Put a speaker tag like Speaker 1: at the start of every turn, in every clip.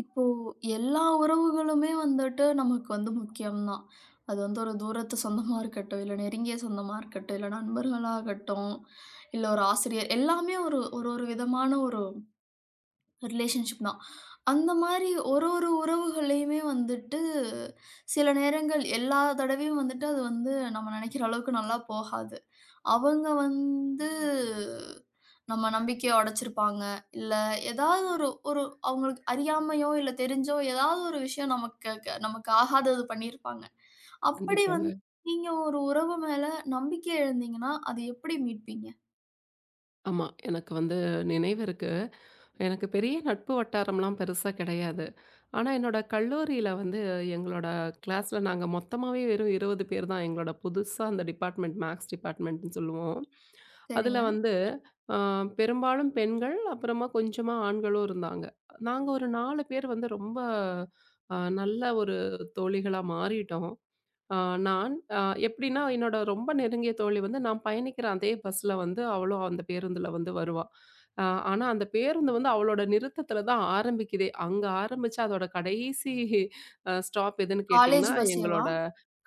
Speaker 1: இப்போ எல்லா உறவுகளுமே வந்துட்டு நமக்கு வந்து முக்கியம் தான். அது வந்து ஒரு தூரத்து சொந்தமா இருக்கட்டும், இல்ல நெருங்கிய சொந்தமா இருக்கட்டும், இல்ல நண்பர்களாகட்டும், இல்ல ஒரு ஆசிரியர் எல்லாமே ஒரு ஒரு ஒரு விதமான ஒரு ரிலேஷன்ஷிப் தான். அந்த மாரி ஒரு ஒரு உறவுகளையுமே வந்துட்டு சில நேரங்கள் எல்லா தடவையும் வந்துட்டு அது வந்து நம்ம நெனைக்கிற அளவுக்கு நல்லா போகாது. அவங்க வந்து நம்ம நம்பிக்கைய உடைச்சிருப்பாங்க. இல்ல ஏதாவது ஒரு ஒரு அவங்களுக்கு அறியாமையோ, இல்ல தெரிஞ்சோ ஏதாவது ஒரு விஷயம் நமக்கு ஆகாதது பண்ணியிருப்பாங்க. அப்படி
Speaker 2: கண்டிப்பாங்க.
Speaker 1: வந்து நீங்க ஒரு உறவு மேல நம்பிக்கை இழந்தீங்கன்னா, அது எப்படி மீட்பீங்க?
Speaker 2: ஆமா. எனக்கு வந்து நினைவு இருக்கு. எனக்கு பெரிய நட்பு வட்டாரம்லாம் பெருசா கிடையாது. ஆனா என்னோட கல்லூரியில வந்து எங்களோட கிளாஸ்ல நாங்க மொத்தமாவே வெறும் 20 பேர் தான். எங்களோட புதுசா அந்த டிபார்ட்மெண்ட் மேக்ஸ் டிபார்ட்மெண்ட்ன்னு சொல்லுவோம். அதுல
Speaker 1: சரிங்க.
Speaker 2: வந்து அ பெரும்பாலும் பெண்கள், அப்புறமா கொஞ்சமா ஆண்களும் இருந்தாங்க. நாங்க ஒரு 4 பேர் வந்து ரொம்ப நல்ல ஒரு தோழிகளா மாறிட்டோம். ஆ நான் எப்படின்னா, என்னோட ரொம்ப நெருங்கிய தோழி வந்து நான் பயணிக்கிற அதே பஸ்ல வந்து அவளும் அந்த பேருந்துல வந்து வருவா. அ ஆனா அந்த பேருந்து வந்து அவளோட நிறுத்தத்துல தான் ஆரம்பிக்குதே. அங்க ஆரம்பிச்சு அதோட கடைசி ஸ்டாப் எதுன்னு
Speaker 1: காலேஜ்
Speaker 2: கேட்டீங்கன்னா,
Speaker 1: பஸ்ஸேவா?
Speaker 2: எங்களோட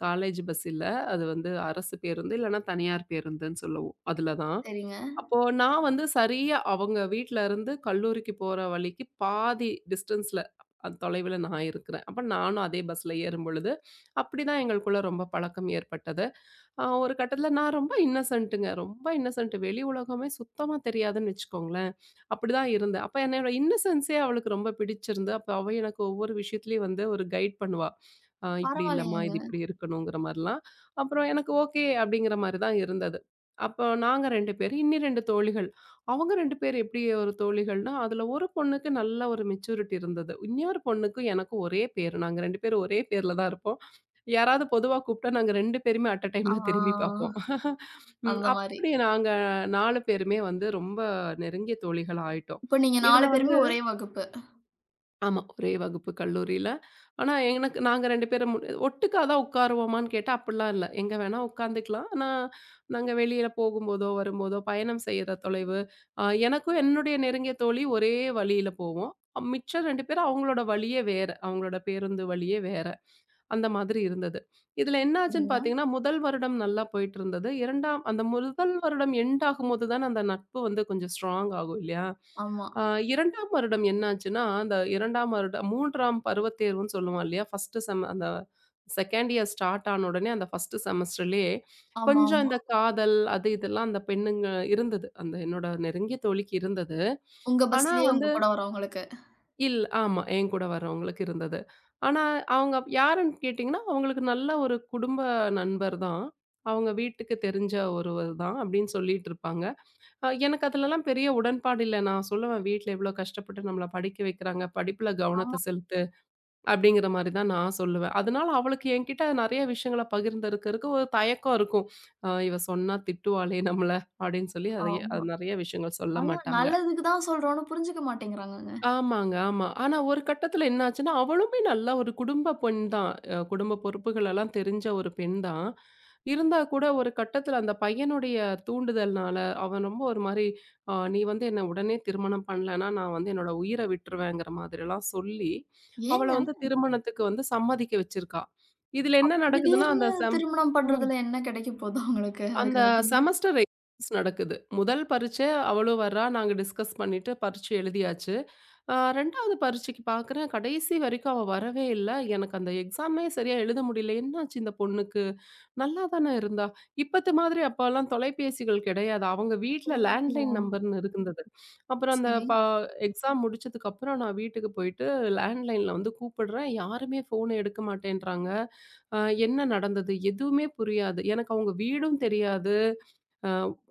Speaker 2: காலேஜ் பஸ் இல்ல. அது வந்து அரசு பேருந்து, இல்லன்னா தனியார் பேருந்துன்னு சொல்லுவோம். அதுல தான்.
Speaker 1: சரிங்க.
Speaker 2: அப்போ நான் வந்து சரியா அவங்க வீட்ல இருந்து கல்லூரிக்கு போற வழிக்கு பாதி டிஸ்டன்ஸ்ல தொலைவுல நான் இருக்கிறேன். அப்ப நானும் அதே பஸ்ல ஏறும்பொழுது, அப்படிதான் எங்களுக்குள்ள ரொம்ப பழக்கம் ஏற்பட்டது. ஒரு கட்டத்தில நான் ரொம்ப இன்னசென்ட்டுங்க. ரொம்ப இன்னசென்ட். வெளி உலகமே சுத்தமா தெரியாதுன்னு வச்சுக்கோங்களேன். அப்படிதான் இருந்தேன். அப்ப என்னோட இன்னசென்ஸே அவளுக்கு ரொம்ப பிடிச்சிருந்து, அப்ப அவ எனக்கு ஒவ்வொரு விஷயத்துலயும் வந்து ஒரு கைட் பண்ணுவா. "இப்படி இல்லம்மா, இது
Speaker 1: பரவாயில்லையேங்க.
Speaker 2: இப்படி இருக்கணுங்கிற மாரிலாம்." அப்புறம் எனக்கு ஓகே அப்படிங்கிற மாரி தான் இருந்தது. அப்போ நாங்க 2 பேரு, இன்னி 2 தோழிகள். அவங்க 2 பேர் எப்படி ஒரு தோழிகள்னா, அதுல ஒரு பொண்ணுக்கு நல்ல ஒரு மெச்சூரிட்டி இருந்தது. இன்னொரு பொண்ணுக்கும் எனக்கும் ஒரே பேரு. நாங்க 2 பேரும் ஒரே பேர்ல தான் இருப்போம். யாராவது பொதுவா கூப்பிட்டா நாங்க 2 பேருமே அட் அ டைம்ல திரும்பி
Speaker 1: ஆ,
Speaker 2: பார்ப்போம். ம்.
Speaker 1: அந்த மாரி.
Speaker 2: அப்படி நாங்க 4 பேருமே வந்து ரொம்ப நெருங்கிய தோழிகள் ஆயிட்டோம்.
Speaker 1: இப்ப நீங்க
Speaker 2: இதுல
Speaker 1: 4
Speaker 2: வந்து
Speaker 1: பேருமே ஒரே வகுப்பு.
Speaker 2: ஆமா. ஒரே வகுப்பு கல்லூரியில. ஆனா எனக்கு நாங்க 2 பேரும் ஒட்டுக்கா தான் உட்காருவோமான்னு கேட்டா அப்படிலாம் இல்ல. எங்க வேணா உட்காந்துக்கலாம். ஆனா நாங்க வெளியில போகும்போதோ, வரும்போதோ பயணம் செய்யற தொலைவு. எனக்கும் என்னுடைய நெருங்கிய தோழி ஒரே வழியில போவோம். மிச்சம் 2 பேரும் அவங்களோட வழியே வேற. அவங்களோட பேருந்து வழியே வேற. அந்த மாதிரி இருந்தது. இதுல என்ன ஆச்சுன்னு
Speaker 1: சரிங்க.
Speaker 2: பார்த்தீங்கன்னா, முதல் வருடம் நல்லா போயிட்டுருந்தது. 2ஆம் அந்த முதல் வருடம் எண்ட் ஆகும்போது தான அந்த நட்பு வந்து கொஞ்சம் ஸ்ட்ராங் ஆகும் இல்லையா?
Speaker 1: ஆமா.
Speaker 2: அ 2ஆம் வருடம் என்ன ஆச்சுன்னா, அந்த 2ஆம் வருடம் 3ஆம் பருவத் தேர்வுன்னு சொல்லுவோம் இல்லையா? ஃபர்ஸ்ட்டு செம் அந்த 2ண்ட் இயர் ஸ்டார்ட் ஆன உடனே அந்த ஃபர்ஸ்ட்டு செமஸ்டர்லயே கொஞ்சம்
Speaker 1: ஆமாமா.
Speaker 2: இந்த காதல் அது இதெல்லாம் அந்த பெண்ணுங்க இருந்தது. அந்த என்னோட நெருங்கிய தோழிக்கு இருந்தது.
Speaker 1: உங்க
Speaker 2: ஆனா
Speaker 1: பஸ்லயே உங்க
Speaker 2: வந்து
Speaker 1: கூட வரவங்களுக்கு.
Speaker 2: ஆமா. என் கூட வரவங்களுக்கு இருந்தது. ஆனா, அவங்க யாருன்னு கேட்டீங்கன்னா, அவங்களுக்கு நல்ல ஒரு குடும்ப நண்பர் தான். அவங்க வீட்டுக்கு தெரிஞ்ச ஒருவர் தான் அப்படின்னு சொல்லிட்டு இருப்பாங்க. எனக்கு அதுலலாம் பெரிய உடன்பாடு இல்ல. நான் சொல்லுவேன், "வீட்ல எவ்வளோ கஷ்டப்பட்டு நம்மள படிக்க வைக்கிறாங்க. படிப்புல
Speaker 1: ஆமா,
Speaker 2: கவனத்த செலுத்து." அப்படிங்கிற மாரி தான் நான் சொல்லுவேன். அதனால அவளுக்கு என்கிட்ட நெறைய விஷயங்கள பகிர்ந்தருக்கறக்கு ஒரு தயக்கம் இருக்கும். இவ சொன்னா திட்டுவாளே நம்மள" அப்படின்னு சொல்லி அதைய
Speaker 1: ஆமா.
Speaker 2: அது நெறைய விஷயங்கள் சொல்ல
Speaker 1: ஆனா
Speaker 2: மாட்டாங்க.
Speaker 1: நல்லதுக்கு தான் சொல்றோம்னு புரிஞ்சுக்க மாட்டேங்கிறாங்கங்க.
Speaker 2: ஆமாங்க, ஆமா. ஆனா ஒரு கட்டத்தில என்ன ஆச்சுன்னா, அவளுமே நல்லா ஒரு குடும்ப பெண் தான். குடும்ப பொறுப்புகளெல்லாம் தெரிஞ்ச ஒரு பெண் தான். இருந்தா கூட ஒரு கட்டத்தில அந்த பையனுடைய தூண்டுதல்னால, அவன் ரொம்ப ஒரு மாரி, நீ வந்து என்ன உடனே திருமணம் பண்ணலன்னா, நான் வந்து என்னோட உயிர விட்டுருவேங்கிற" மாதிரிலாம் சொல்லி, அவள
Speaker 1: ஏங்க?
Speaker 2: வந்து திருமணத்துக்கு வந்து சம்மதிக்க வச்சிருக்கா. இதில என்ன நடக்குதுன்னா, அந்த
Speaker 1: திடீர்னு திருமணம்
Speaker 2: ம்.
Speaker 1: பண்றதுல என்ன கிடைக்க போகுது அவங்களுக்கு?
Speaker 2: அந்த
Speaker 1: அதுக்கு அந்த பொண்ணு.
Speaker 2: செமஸ்டர் எக்ஸாம்ஸ் நடக்குது. முதல் பரீட்சை அவளும் வர்றா. நாங்க டிஸ்கஸ் பண்ணிட்டு பரீட்சை எழுதியாச்சு. 2வது பரீட்சைக்கு பார்க்குறேன், கடைசி வரைக்கும் அவ வரவே இல்ல. எனக்கு அந்த எக்ஸாமே சரியா எழுத முடியல. என்னாச்சு இந்த பொண்ணுக்கு? நல்லா தானே இருந்தா. இப்பத்த மாதிரி அப்பலாம் தொலைபேசிகள் கிடையாது. அவங்க வீட்ல
Speaker 1: ஓ!
Speaker 2: லேண்ட்லைன் நம்பர்ன்னு இருந்தது. அப்புறம் அந்த
Speaker 1: சரி.
Speaker 2: எக்ஸாம் முடிச்சதுக்கப்புறம் நான் வீட்டுக்கு போயிட்டு லேண்ட்லைன்ல வந்து கூப்பிடுறேன். யாருமே ஃபோன எடுக்க மாட்டேன்றாங்க. அ என்ன நடந்தது? எதுவுமே புரியாது. எனக்கு அவங்க வீடும் தெரியாது. அ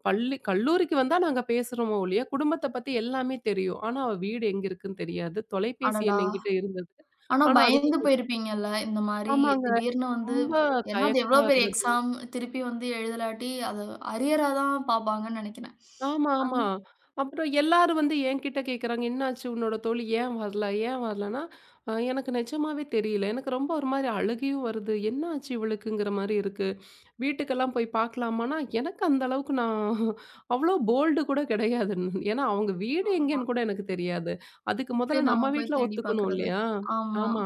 Speaker 2: பள்ளி கல்லூரிக்கு வந்தா நாங்க பேசுறோமோ ஒழிய, குடும்பத்த பத்தி எல்லாமே தெரியும். ஆனா, அவ வீடு எங்க இருக்குன்னு தெரியாது. தொலைபேசி
Speaker 1: அடடா!
Speaker 2: எண் என்கிட்ட இருந்தது.
Speaker 1: ஆனா
Speaker 2: ஆனா,
Speaker 1: பயந்து
Speaker 2: அதுக்கு
Speaker 1: போயிருப்பீங்கல்ல? இந்த மாரி
Speaker 2: ஆமாங்க.
Speaker 1: திடீர்னு வந்து
Speaker 2: ரொம்ப
Speaker 1: ஏன்னா அது எவ்வளோ
Speaker 2: தயக்கமா
Speaker 1: பெரிய
Speaker 2: இருந்தது.
Speaker 1: எக்ஸாம் திருப்பி வந்து எழுதலாட்டி அது அரியரா தான் பார்ப்பாங்கன்னு நெனைக்கிறேன்.
Speaker 2: ஆமா,
Speaker 1: அந்த
Speaker 2: ஆமா. அப்புறம் எல்லாரும் வந்து என்கிட்ட கேட்குறாங்க, "என்னாச்சு உன்னோட தோழி ஏன் வரல? ஏன் வரலன்னா?" எனக்கு நிஜமாவே தெரியல. எனக்கு ரொம்ப ஒரு மாரி அழுகையும் வருது. என்னாச்சு இவளுக்குங்கிற மாரி இருக்கு. வீட்டுக்கெல்லாம் போய் பார்க்கலாமான்னா, எனக்கு அந்த அளவுக்கு நான் அவ்வளோ போல்டு கூட கிடையாது. ஏன்னா அவங்க வீடு
Speaker 1: ஆமா.
Speaker 2: எங்கேன்னு கூட எனக்கு தெரியாது. அதுக்கு
Speaker 1: எப்படி
Speaker 2: முதல்ல
Speaker 1: நாம
Speaker 2: நம்ம
Speaker 1: போய்
Speaker 2: வீட்ல
Speaker 1: தேடி
Speaker 2: ஒத்துக்கணும்
Speaker 1: பார்க்கறது?
Speaker 2: இல்லையா?
Speaker 1: ஆமா.
Speaker 2: ஆமா.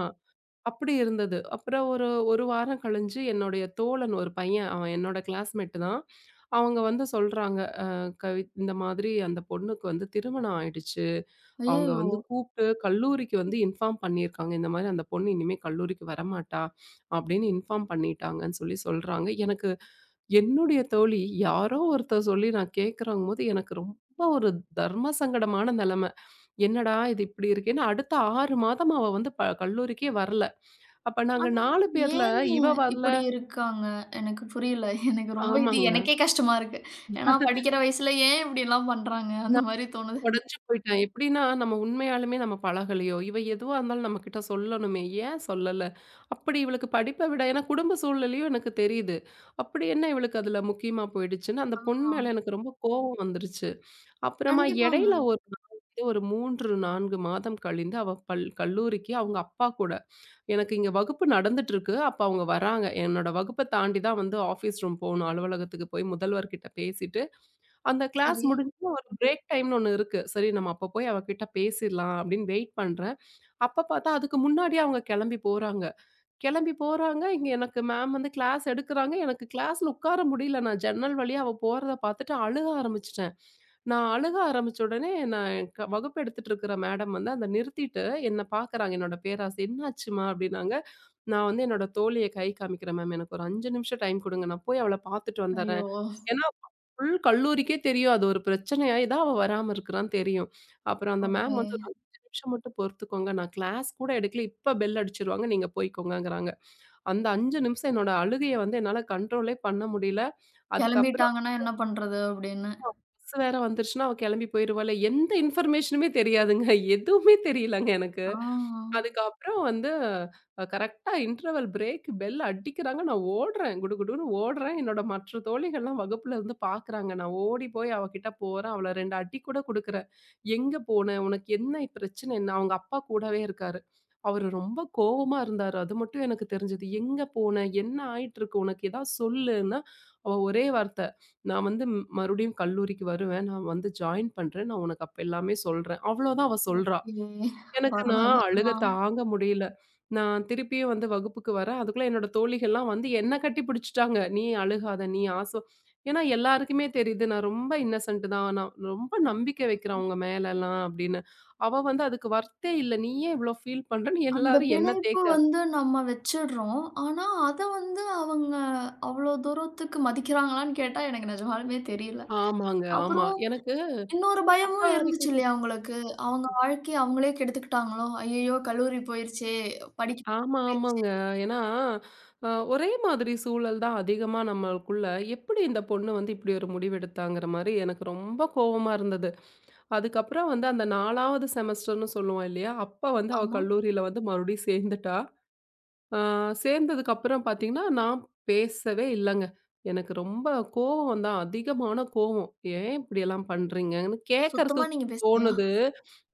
Speaker 2: அப்படி இருந்தது. அப்புறம் ஒரு 1 வாரம் கழிஞ்சு என்னுடைய தோழன் ஒரு பையன், அவன் என்னோட கிளாஸ்மேட் தான். அவங்க வந்து சொல்றாங்க, கவி இந்த மாதிரி அந்த பொண்ணுக்கு வந்து திருமணம் ஆயிடுச்சு. அவங்க
Speaker 1: ஐயயோ!
Speaker 2: வந்து கூப்ட்டு கல்லூரிக்கு வந்து இன்ஃபார்ம் பண்ணியிருக்காங்க. இந்த மாரி அந்த பொண்ணு இனிமே கல்லூரிக்கு வரமாட்டா, அப்படின்னு இன்ஃபார்ம் பண்ணிட்டாங்கன்னு சொல்லி சொல்றாங்க. எனக்கு என்னுடைய தோழி யாரோ ஒருத்தர் சொல்லி நான் கேட்கிறங்கும்போது எனக்கு ரொம்ப ஒரு தர்ம சங்கடமான நெலைம. என்னடா இது இப்படி இருக்கேன்னு அடுத்த 6 மாதம் அவ வந்து கல்லூரிக்கே வரல. அப்ப நாங்க
Speaker 1: ஆனா,
Speaker 2: 4 பேர்ல
Speaker 1: ஏங்க
Speaker 2: இவ வரல
Speaker 1: இப்படி இருக்காங்க? எனக்கு புரியல. எனக்கு ரொம்ப இது
Speaker 2: ஆமாங்க.
Speaker 1: எனக்கே கஷ்டமா இருக்கு. ஏன்னா படிக்கிற வயசுல ஏன் இப்படிலாம் பண்றாங்க? அந்த
Speaker 2: நான்
Speaker 1: மாரி தோணுது.
Speaker 2: உடைஞ்சு போயிட்டேன். எப்படின்னா, நம்ம உண்மையாலுமே நம்ம பழகலையோ, இவ எதுவா இருந்தாலும் நம்மகிட்ட சொல்லணுமே, ஏன் சொல்லல? அப்படி இவளுக்கு படிப்ப விட ஏன்னா குடும்ப சூழ்நிலையும் எனக்கு தெரியுது. அப்படி என்ன இவளுக்கு அதுல முக்கியமா போயிடுச்சுன்னு, அந்த
Speaker 1: ஆ,
Speaker 2: பொண்ணு மேல எனக்கு ரொம்ப கோவம் வந்துருச்சு. அப்புறமா
Speaker 1: கண்டிப்பாங்க.
Speaker 2: இடையில ஒரு நாள் வந்து ஒரு 3, 4 மாதம் கழிந்து அவ கல்லூரிக்கு அவங்க அப்பா கூட எனக்கு இங்க வகுப்பு நடந்துட்டு இருக்கு. அப்ப அவங்க வராங்க. என்னோட வகுப்ப தாண்டி தான் வந்து ஆஃபீஸ் ரூம் போணும். அலுவலகத்துக்கு போய் முதல்வர்கிட்ட பேசிட்டு அந்த கிளாஸ்
Speaker 1: சரி.
Speaker 2: முடிஞ்சு ஒரு பிரேக் டைம்னு ஒண்ணு இருக்கு. சரி நம்ம அப்ப போய் அவ கிட்ட பேசிர்லாம் அப்படின்னு வெயிட் பண்றேன். அப்ப பார்த்தா அதுக்கு முன்னாடியே அவங்க கெளம்பி போறாங்க. கெளம்பி போறாங்க. இங்க எனக்கு மேம் வந்து கிளாஸ் எடுக்குறாங்க. எனக்கு கிளாஸ்ல உட்கார முடியல. நான் ஜன்னல் வழியா அவ போறத பார்த்துட்டு அழுக ஆரம்பிச்சுட்டேன். நான் அழுக ஆரம்பிச்ச உடனே நான் என் வகுப்பு எடுத்துட்டு இருக்கிற மேடம் வந்து அத நிறுத்திட்டு என்ன பார்க்குறாங்க. என்னோட பேராசை. "என்னாச்சும்மா?" அப்படின்னாங்க. நான் வந்து என்னோட தோழிய கை காமிக்கிறேன் மேம். எனக்கு ஒரு 5 நிமிஷம் டைம் குடுங்க. நான் போய் அவள பார்த்துட்டு
Speaker 1: ஐயோ!
Speaker 2: வந்துர்றேன். ஏன்னா, ஃபுல் கல்லூரிக்கே தெரியும். அது ஒரு பிரச்சனையாயி தான் அவ வராம இருக்கிறான்னு தெரியும். அப்புறம் அந்த மேம்
Speaker 1: ஓகே.
Speaker 2: வந்து ஒரு 5 நிமிஷம் மட்டும் பொறுத்துக்கோங்க. நான் கிளாஸ் கூட எடுக்கல. இப்ப பெல் அடிச்சிருவாங்க. நீங்க போய்க்கோங்கங்கிறாங்க. அந்த 5 நிமிஷம் என்னோட அழுகைய வந்து என்னால கண்ட்ரோலே பண்ண முடியல. அதுக்கப்புறம்
Speaker 1: கெளம்பிட்டாங்கன்னா என்ன பண்றது? அப்படின்னு.
Speaker 2: பஸ் வேற வந்துருச்சுன்னா, அவ கிளம்பி போயிருவாளே! எந்த இன்ஃபர்மேஷனுமே தெரியாதுங்க. எதுவுமே தெரியலங்க எனக்கு.
Speaker 1: ஆ,
Speaker 2: அதுக்கப்புறம் வந்து கரெக்ட்டா இன்டர்வல் பிரேக் பெல் அடிக்கிறாங்க. நான் ஓடுறேன். குடு குடுன்னு ஓடுறேன். என்னோட மற்ற தோழிகள்லாம் வகுப்புல இருந்து பார்க்குறாங்க. நான் ஓடி போய் அவ கிட்ட போறேன். அவள 2 அடி கூட குடுக்குறேன். "எங்க போன? உனக்கு என்ன பிரச்சனை என்ன?" அவங்க அப்பா கூடவே இருக்காரு. அவரு ரொம்ப கோவமா இருந்தாரு. அது மட்டும் எனக்கு தெரிஞ்சது. "எங்க போன? என்ன ஆயிட்டுருக்கு உனக்கு? ஏதாவது சொல்லுன்னா" அவ ஒரே வார்த்தை, "நான் வந்து மறுபடியும் கல்லூரிக்கு வருவேன். நான் வந்து ஜாயின் பண்றேன். நான் உனக்கு அப்ப எல்லாமே சொல்றேன்." அவ்வளோதான் அவ சொல்றா.
Speaker 1: ஓகே.
Speaker 2: எனக்கு நான்
Speaker 1: பரவால்ல.
Speaker 2: அழுக
Speaker 1: ஆ.
Speaker 2: தாங்க முடியல. நான் திருப்பியும் வந்து வகுப்புக்கு வரேன். அதுக்குள்ள என்னோட தோழிகள்லாம் வந்து என்ன கட்டி பிடிச்சுட்டாங்க. "நீ அழுகாத, நீ ஆசோ." ஏன்னா எல்லாருக்குமே தெரியுது. நான் ரொம்ப இன்னசென்ட் தான். நான் ரொம்ப
Speaker 1: ம்.
Speaker 2: நம்பிக்கை வைக்கிறேன் அவங்க மேலலாம் அப்படின்னு. அவ வந்து அதுக்கு வொர்த்தே இல்ல. "நீ ஏன் இவ்ளோ ஃபீல் பண்றன்னு?"
Speaker 1: அந்த
Speaker 2: எல்லாரும் என்ன
Speaker 1: பிணைப்பு
Speaker 2: தேக்க
Speaker 1: வந்து நம்ம வச்சுடுறோம். ஆனா, அத வந்து அவங்க அவ்ளோ தூரத்துக்கு மதிக்கிறாங்களான்னு கேட்டா, எனக்கு நிஜமாலுமே தெரியல.
Speaker 2: ஆமாங்க. ஆமா.
Speaker 1: அப்புறம்
Speaker 2: எனக்கு
Speaker 1: இன்னொரு
Speaker 2: அப்ப
Speaker 1: பயமும் இருந்துச்சு
Speaker 2: வரைக்கும் கு
Speaker 1: இல்லையா உங்களுக்கு? அவங்க வாழ்க்கைய அவங்களே கெடுத்துக்கிட்டாங்களோ! ஐயய்யோ! கல்லூரி போயிருச்சே! படிக்க
Speaker 2: ஆமா,
Speaker 1: போயிருச்சே!
Speaker 2: ஆமாங்க. ஏன்னா ஒரே மாதிரி சூழல் தான் அதிகமா நம்மளுக்குள்ள. எப்படி இந்த பொண்ணு வந்து இப்படி ஒரு முடிவெடுத்தாங்கிற மாரி எனக்கு ரொம்ப கோவமா இருந்தது. அதுக்கப்புறம் வந்து அந்த 4வது செமஸ்டர்ன்னு சொல்லுவோம் இல்லையா? அப்ப வந்து அவ
Speaker 1: ஆமா.
Speaker 2: கல்லூரியில வந்து மறுபடியும் சேர்ந்துட்டா. ஆ சேர்ந்ததுக்கு அப்புறம் பார்த்தீங்கன்னா, நான் பேசவே இல்லங்க. எனக்கு ரொம்ப கோவம் தான். அதிகமான கோவம். "ஏன் இப்படியெல்லாம் பண்றீங்கன்னு?" கேட்கறக்கு
Speaker 1: சுத்தமா நீங்க பேசலையா?
Speaker 2: தோணுது.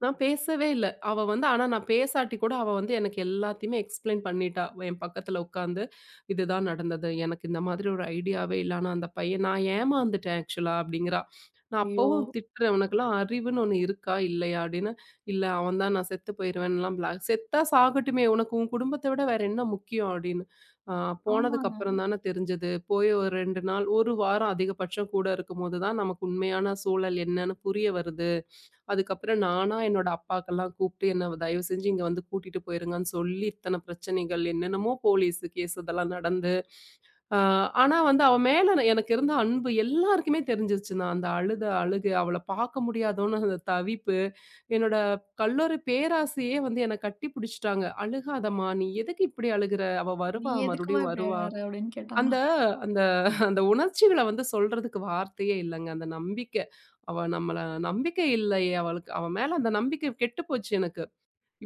Speaker 2: நான் பேசவே இல்ல. அவ வந்து ஆனா நான் பேசாட்டி கூட அவ வந்து எனக்கு எல்லாத்தையுமே எக்ஸ்ப்ளைன் பண்ணிட்டா. என் பக்கத்துல உட்காந்து, "இதுதான் நடந்தது. எனக்கு இந்த மாதிரி ஒரு ஐடியாவே இல்ல. ஆனா அந்த பையன் நான் ஏமாந்துட்டேன் ஆக்சுவலா," அப்படிங்கிறா. நான்
Speaker 1: ஐயோ!
Speaker 2: அப்பவும் திட்டுறேன், "உனக்கெல்லாம் அறிவுன்னு ஒண்ணு இருக்கா? இல்லையா?" அப்படின்னு. இல்ல அவன் தான் நான் செத்து போயிருவேன்லாம் பிளா. செத்தா சாகட்டுமே! உனக்கு உன் குடும்பத்த விட வேற என்ன முக்கியம்? அப்படின்னு. ஆ போனதுக்கு
Speaker 1: ஆமாங்க.
Speaker 2: அப்புறம் தானே தெரிஞ்சது. போய் ஒரு 2 நாள், 1 வாரம் அதிகபட்சம் கூட இருக்கும்போது தான் நமக்கு உண்மையான சூழல் என்னன்னு புரிய வருது. அதுக்கப்புறம் நானா என்னோட அப்பாக்கெல்லாம் கூப்பிட்டு என்ன தயவு செஞ்சு இங்க வந்து கூட்டிட்டு போயிருங்கன்னு சொல்லி இத்தன பிரச்சனைகள் என்னென்னமோ போலீஸு கேஸ் இதெல்லாம் நடந்து ஆ, ஆனா வந்து அவ மேல எனக்கு இருந்த அன்பு எல்லாருக்குமே தெரிஞ்சிருச்சுங்க. அந்த அழுத அழுகை, அவள பார்க்க முடியாதோன்னு அந்த தவிப்பு, என்னோட கல்லூரி பேராசிரியே வந்து என்ன கட்டி பிடிச்சுட்டாங்க. "அழுகாதம்மா! நீ எதுக்கு இப்படி அழுகுற? அவ
Speaker 1: "நீ
Speaker 2: வருவா,
Speaker 1: எதுக்கும்மா
Speaker 2: மறுபடியும்
Speaker 1: இப்படி
Speaker 2: வருவா."
Speaker 1: அழுகுற?" அப்படின்னு
Speaker 2: அந்த
Speaker 1: கேட்டாங்களா?
Speaker 2: அந்த அந்த உணர்ச்சிகள வந்து சொல்றதுக்கு வார்த்தையே இல்லங்க. அந்த நம்பிக்கை. அவ நம்மள நம்பிக்கை இல்லையே அவளுக்கு. அவ மேல அந்த நம்பிக்கை கெட்டு போச்சு எனக்கு.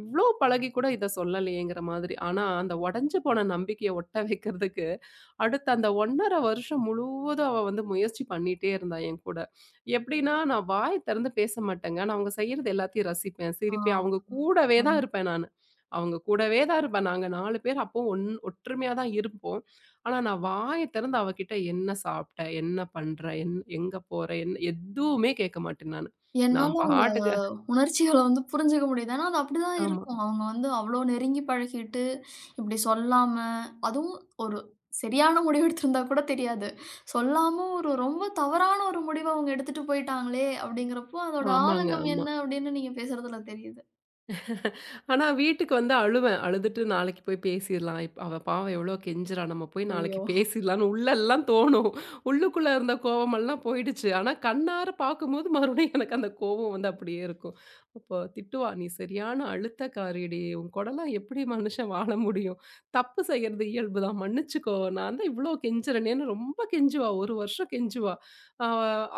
Speaker 2: இவ்ளோ பழகி கூட இத சொல்லலையேங்கிற மாதிரி. ஆனா அந்த உடைஞ்சு போன நம்பிக்கைய ஒட்ட வைக்கிறதுக்கு அடுத்த அந்த 1 1/2 வருஷம் முழுவதும் அவ வந்து முயற்சி பண்ணிட்டே இருந்தா என் கூட. எப்படின்னா, நான் வாய் திறந்து பேச மாட்டேங்க. நான் அவங்க செய்றது எல்லாத்தையும் ரசிப்பேன்,
Speaker 1: ஆ.
Speaker 2: சிரிப்பேன். அவங்க கூடவே தான்
Speaker 1: ஆமா.
Speaker 2: இருப்பேன் நானு. அவங்க கூடவே தான் இருப்பேன். நாங்க 4 பேர் அப்போ ஒற்றுமையா தான் இருப்போம். ஆனா, நான் வாய திறந்து அவகிட்ட "என்ன சாப்பிட்ட? என்ன பண்ற? என் எங்க போற?" என் எதுவுமே கேட்க மாட்டேன் நானு.
Speaker 1: என்னால
Speaker 2: நான்
Speaker 1: உங்க
Speaker 2: பாட்டுக்கு
Speaker 1: உணர்ச்சிகள வந்து புரிஞ்சுக்க முடியுது. ஆனா, அது அப்படிதான்
Speaker 2: ஆமா.
Speaker 1: இருக்கும். அவங்க வந்து அவ்ளோ நெருங்கி பழகிட்டு, இப்படி சொல்லாம, அதுவும் ஒரு சரியான முடிவு எடுத்திருந்தா கூட தெரியாது. சொல்லாம ஒரு ரொம்ப தவறான ஒரு முடிவ அவங்க எடுத்துட்டு போயிட்டாங்களே! அப்படிங்கிறப்போ, அதோட
Speaker 2: ஆமாங்க.
Speaker 1: ஆதங்கம்
Speaker 2: ஆமா.
Speaker 1: என்ன அப்படின்னு நீங்க பேசுறதுல தெரியுது.
Speaker 2: ஆனா, வீட்டுக்கு வந்து அழுவேன். அழுதுட்டு நாளைக்கு போய் பேசிர்லாம். அவ பாவம் எவ்வளோ கெஞ்சுறா! நம்ம போய் நாளைக்கு
Speaker 1: ஐயோ!
Speaker 2: பேசிர்லான்னு உள்ளலாம் தோணும். உள்ளுக்குள்ள இருந்த கோவமெல்லாம் போயிடுச்சு. ஆனா, கண்ணார பார்க்கும்போது மறுபடியும் எனக்கு அந்த கோவம் வந்து அப்படியே இருக்கும். அப்போ திட்டுவா, "நீ சரியான அழுத்தக்காரிடி. உன் கூடலாம் எப்படி மனுஷன் வாழ முடியும்? தப்பு செய்யறது இயல்பு தான். மன்னிச்சுக்கோ. நான் தான் இவ்ளோ கெஞ்சுறனேன்னு," ரொம்ப கெஞ்சுவா. 1 வருஷம் கெஞ்சுவா. அ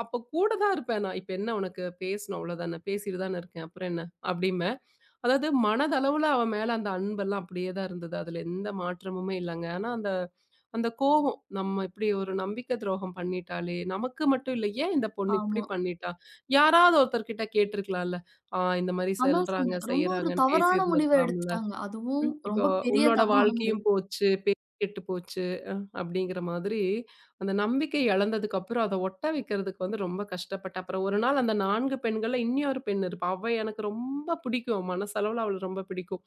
Speaker 2: அப்போ கூட தான் இருப்பேன் நான். "இப்ப என்ன உனக்கு பேசணும் அவ்வளோதானே. பேசிட்டு தானே இருக்கேன். அப்புறம் என்ன?" அப்படிம்பேன். அதாவது மனதளவுல அவன் மேல அந்த அன்பெல்லாம் அப்படியே தான் இருந்தது. அதுல எந்த மாற்றமுமே இல்லங்க. ஆனா அந்த அந்த கோவம், நம்ம இப்படி ஒரு நம்பிக்கை துரோகம் பண்ணிட்டாளே! நமக்கு மட்டும் இல்ல. ஏன் இந்த பொண்ணு இப்படி
Speaker 1: ஆமா.
Speaker 2: பண்ணிட்டா? யாராவது ஒருத்தர்கிட்ட கேட்டுருக்கலாம்ல. இந்த மாரி
Speaker 1: அதான்
Speaker 2: செல்றாங்க,
Speaker 1: சொன்னேன். ரொம்ப ஒரு
Speaker 2: செய்றாங்கன்னு
Speaker 1: தவறான முடிவ
Speaker 2: பேசியிருந்திருக்கலாம்ல.
Speaker 1: எடுத்துட்டாங்க. அதுவும்
Speaker 2: ம். இப்போ
Speaker 1: ரொம்ப பெரிய
Speaker 2: உன்னோட
Speaker 1: தவறான
Speaker 2: வாழ்க்கையும்
Speaker 1: முடிவு.
Speaker 2: போச்சு. பேர் கெட்டு போச்சு. அப்படிங்கிற மாதிரி அந்த நம்பிக்கை இழந்ததுக்கு அப்புறம் அத ஒட்ட வைக்கிறதுக்கு வந்து ரொம்ப கஷ்டப்பட்டேன். அப்புறம் ஒரு நாள் அந்த 4 பெண்கள்ல இன்னியொரு பெண் இருப்பா. அவ எனக்கு ரொம்ப பிடிக்கும். மனசளவுல அவள ரொம்ப பிடிக்கும்.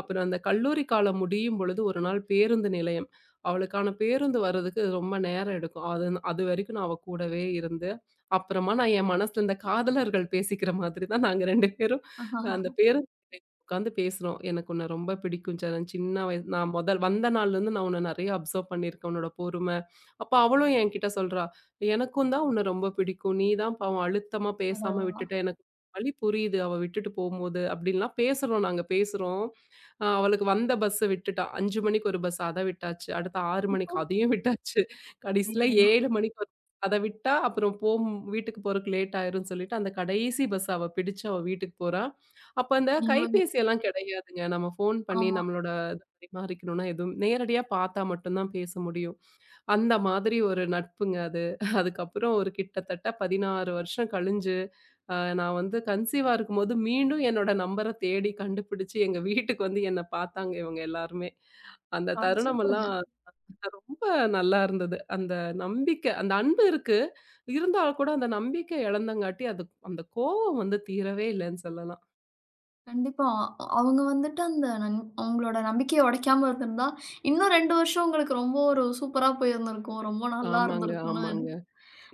Speaker 2: அப்புறம் அந்த கல்லூரி காலம் முடியும் பொழுது ஒரு நாள் பேருந்து நிலையம். அவளுக்கான பேருந்து வர்றதுக்கு ரொம்ப நேரம் எடுக்கும். அது அதுவரைக்கும் நான் அவ கூடவே இருந்து, அப்புறமா நான் என் மனசுல இந்த காதலர்கள் பேசிக்கிற மாதிரி தான் நாங்க 2 பேரும் அந்த பேருந்து உட்காந்து பேசுறோம். "எனக்கு உன்ன ரொம்ப பிடிக்கும் சரண். நான் சின்ன வயசு நான் முதல் வந்த நாள்லேருந்து நான் உன்ன நெறைய அப்சர்வ் பண்ணியிருக்கேன். உன்னோட பொறுமை." அப்ப அவளும் என்கிட்ட சொல்றா, "எனக்கும் தான் உன்ன ரொம்ப பிடிக்கும். நீ தான் பாவம் அழுத்தமா பேசாம
Speaker 1: அடடா!
Speaker 2: விட்டுட்ட. எனக்கு வலி புரியுது அவ விட்டுட்டு போம்போது." அப்படின்லாம் பேசுறோம் நாங்க பேசுறோம். அவளுக்கு வந்த பஸ்ஸ விட்டுட்டா. 5 மணிக்கு ஒரு பஸ் அத விட்டாச்சு. அடுத்து 6 மணிக்கு
Speaker 1: அப்புறம்
Speaker 2: அதையும் விட்டாச்சு. கடைசியில
Speaker 1: ஐயய்யோ!
Speaker 2: 7 மணிக்கு ஒரு அத விட்டா, அப்புறம் வீட்டுக்கு போறதுக்கு லேட் ஆயிரும்னு சொல்லிட்டு, அந்த கடைசி பஸ் அவ பிடிச்சு அவ வீட்டுக்கு போறா. அப்ப அந்த
Speaker 1: நீங்களும் வி
Speaker 2: கைபேசி எல்லாம் கிடையாதுங்க. நம்ம ஃபோன் பண்ணி
Speaker 1: ஆமா.
Speaker 2: நம்மளோட இத பரிமாறிக்கணும்னா, எதுவும் நேரடியா பார்த்தா மட்டும் தான் பேச முடியும். அந்த மாதிரி ஒரு நட்புங்க அது. அதுக்கப்புறம் ஒரு கிட்டத்தட்ட 16 வருஷம் கழிஞ்சு, அ நான் வந்து கன்சீவா இருக்கும்போது மீண்டும் என்னோட நம்பர தேடி கண்டுபிடிச்சு, எங்க வீட்டுக்கு வந்து என்ன பார்த்தாங்க இவங்க எல்லாருமே. அந்த
Speaker 1: அ சூப்பருங்க.
Speaker 2: தருணமெல்லாம் ரொம்ப நல்லா இருந்தது. அந்த நம்பிக்கை அந்த அன்பு இருக்கு. இருந்தா கூட அந்த நம்பிக்கை இழந்தங்காட்டி, அது அந்த கோவம் வந்து தீரவே இல்லன்னு சொல்லலாம்.
Speaker 1: கண்டிப்பா. அ அவங்க வந்துட்டு அந்த நன் அவங்களோட நம்பிக்கைய உடைக்காம இருந்திருந்தா, இன்னும் 2 வருஷம் உங்களுக்கு ரொம்ப ஒரு சூப்பரா போயிருந்திருக்கும். ரொம்ப நல்லா
Speaker 2: ஆமாங்க,
Speaker 1: இருந்திருக்கும்னு
Speaker 2: ஆமாங்க.
Speaker 1: நினைக்கிறேன்.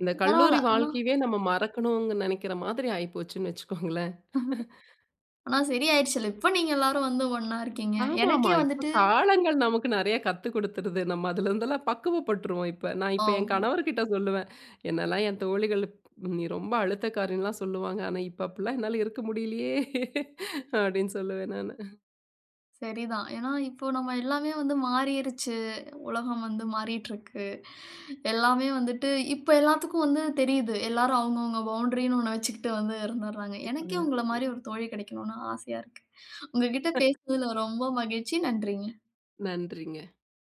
Speaker 2: இந்த
Speaker 1: பரவால்ல.
Speaker 2: கல்லூரி
Speaker 1: ஆனா
Speaker 2: வாழ்க்கையவே நம்ம மறக்கணும்னு நெனைக்கிற மாதிரி ஆயிப்போச்சுன்னு வச்சுக்கோங்களேன்.
Speaker 1: ஆனா சரியாயிருச்சுல்ல. இப்ப நீங்க எல்லாரும் வந்து ஒண்ணா இருக்கீங்க.
Speaker 2: ஆமாமா.
Speaker 1: எனக்கே
Speaker 2: இப்ப
Speaker 1: வந்துட்டு
Speaker 2: காலங்கள் நமக்கு நெறைய கத்து குடுத்துருது. நம்ம அதுலருந்தெல்லாம் பக்குவப்பட்டுருவோம் இப்ப. நான் இப்ப என்
Speaker 1: ஆமா.
Speaker 2: கணவர்கிட்ட சொல்லுவேன். என்னெல்லாம் என் தோழிகள் "நீ ரொம்ப அழுத்தக்காரின்லாம்" சொல்லுவாங்க. ஆனா, இப்ப அப்படிலாம் என்னால இருக்க முடியலையே அப்படின்னு சொல்லுவேன் நானு.
Speaker 1: சரிதான். ஏன்னா இப்போ நம்ம எல்லாமே வந்து மாறிருச்சு. உலகம் வந்து மாறிட்டுருக்கு. எல்லாமே வந்துட்டு இப்ப எல்லாத்துக்கும் வந்து தெரியுது. எல்லாரும் அவங்கவங்க பவுண்டரின்னு ஒண்ணு வச்சுக்கிட்டு வந்து இருந்துர்றாங்க. எனக்கே
Speaker 2: கண்டிப்பாங்க.
Speaker 1: உங்கள மாரி ஒரு தோழி கிடைக்கணும்னு ஆசையா இருக்கு. உங்ககிட்ட பேசுனதுல ரொம்ப மகிழ்ச்சி. நன்றிங்க.
Speaker 2: நன்றிங்க.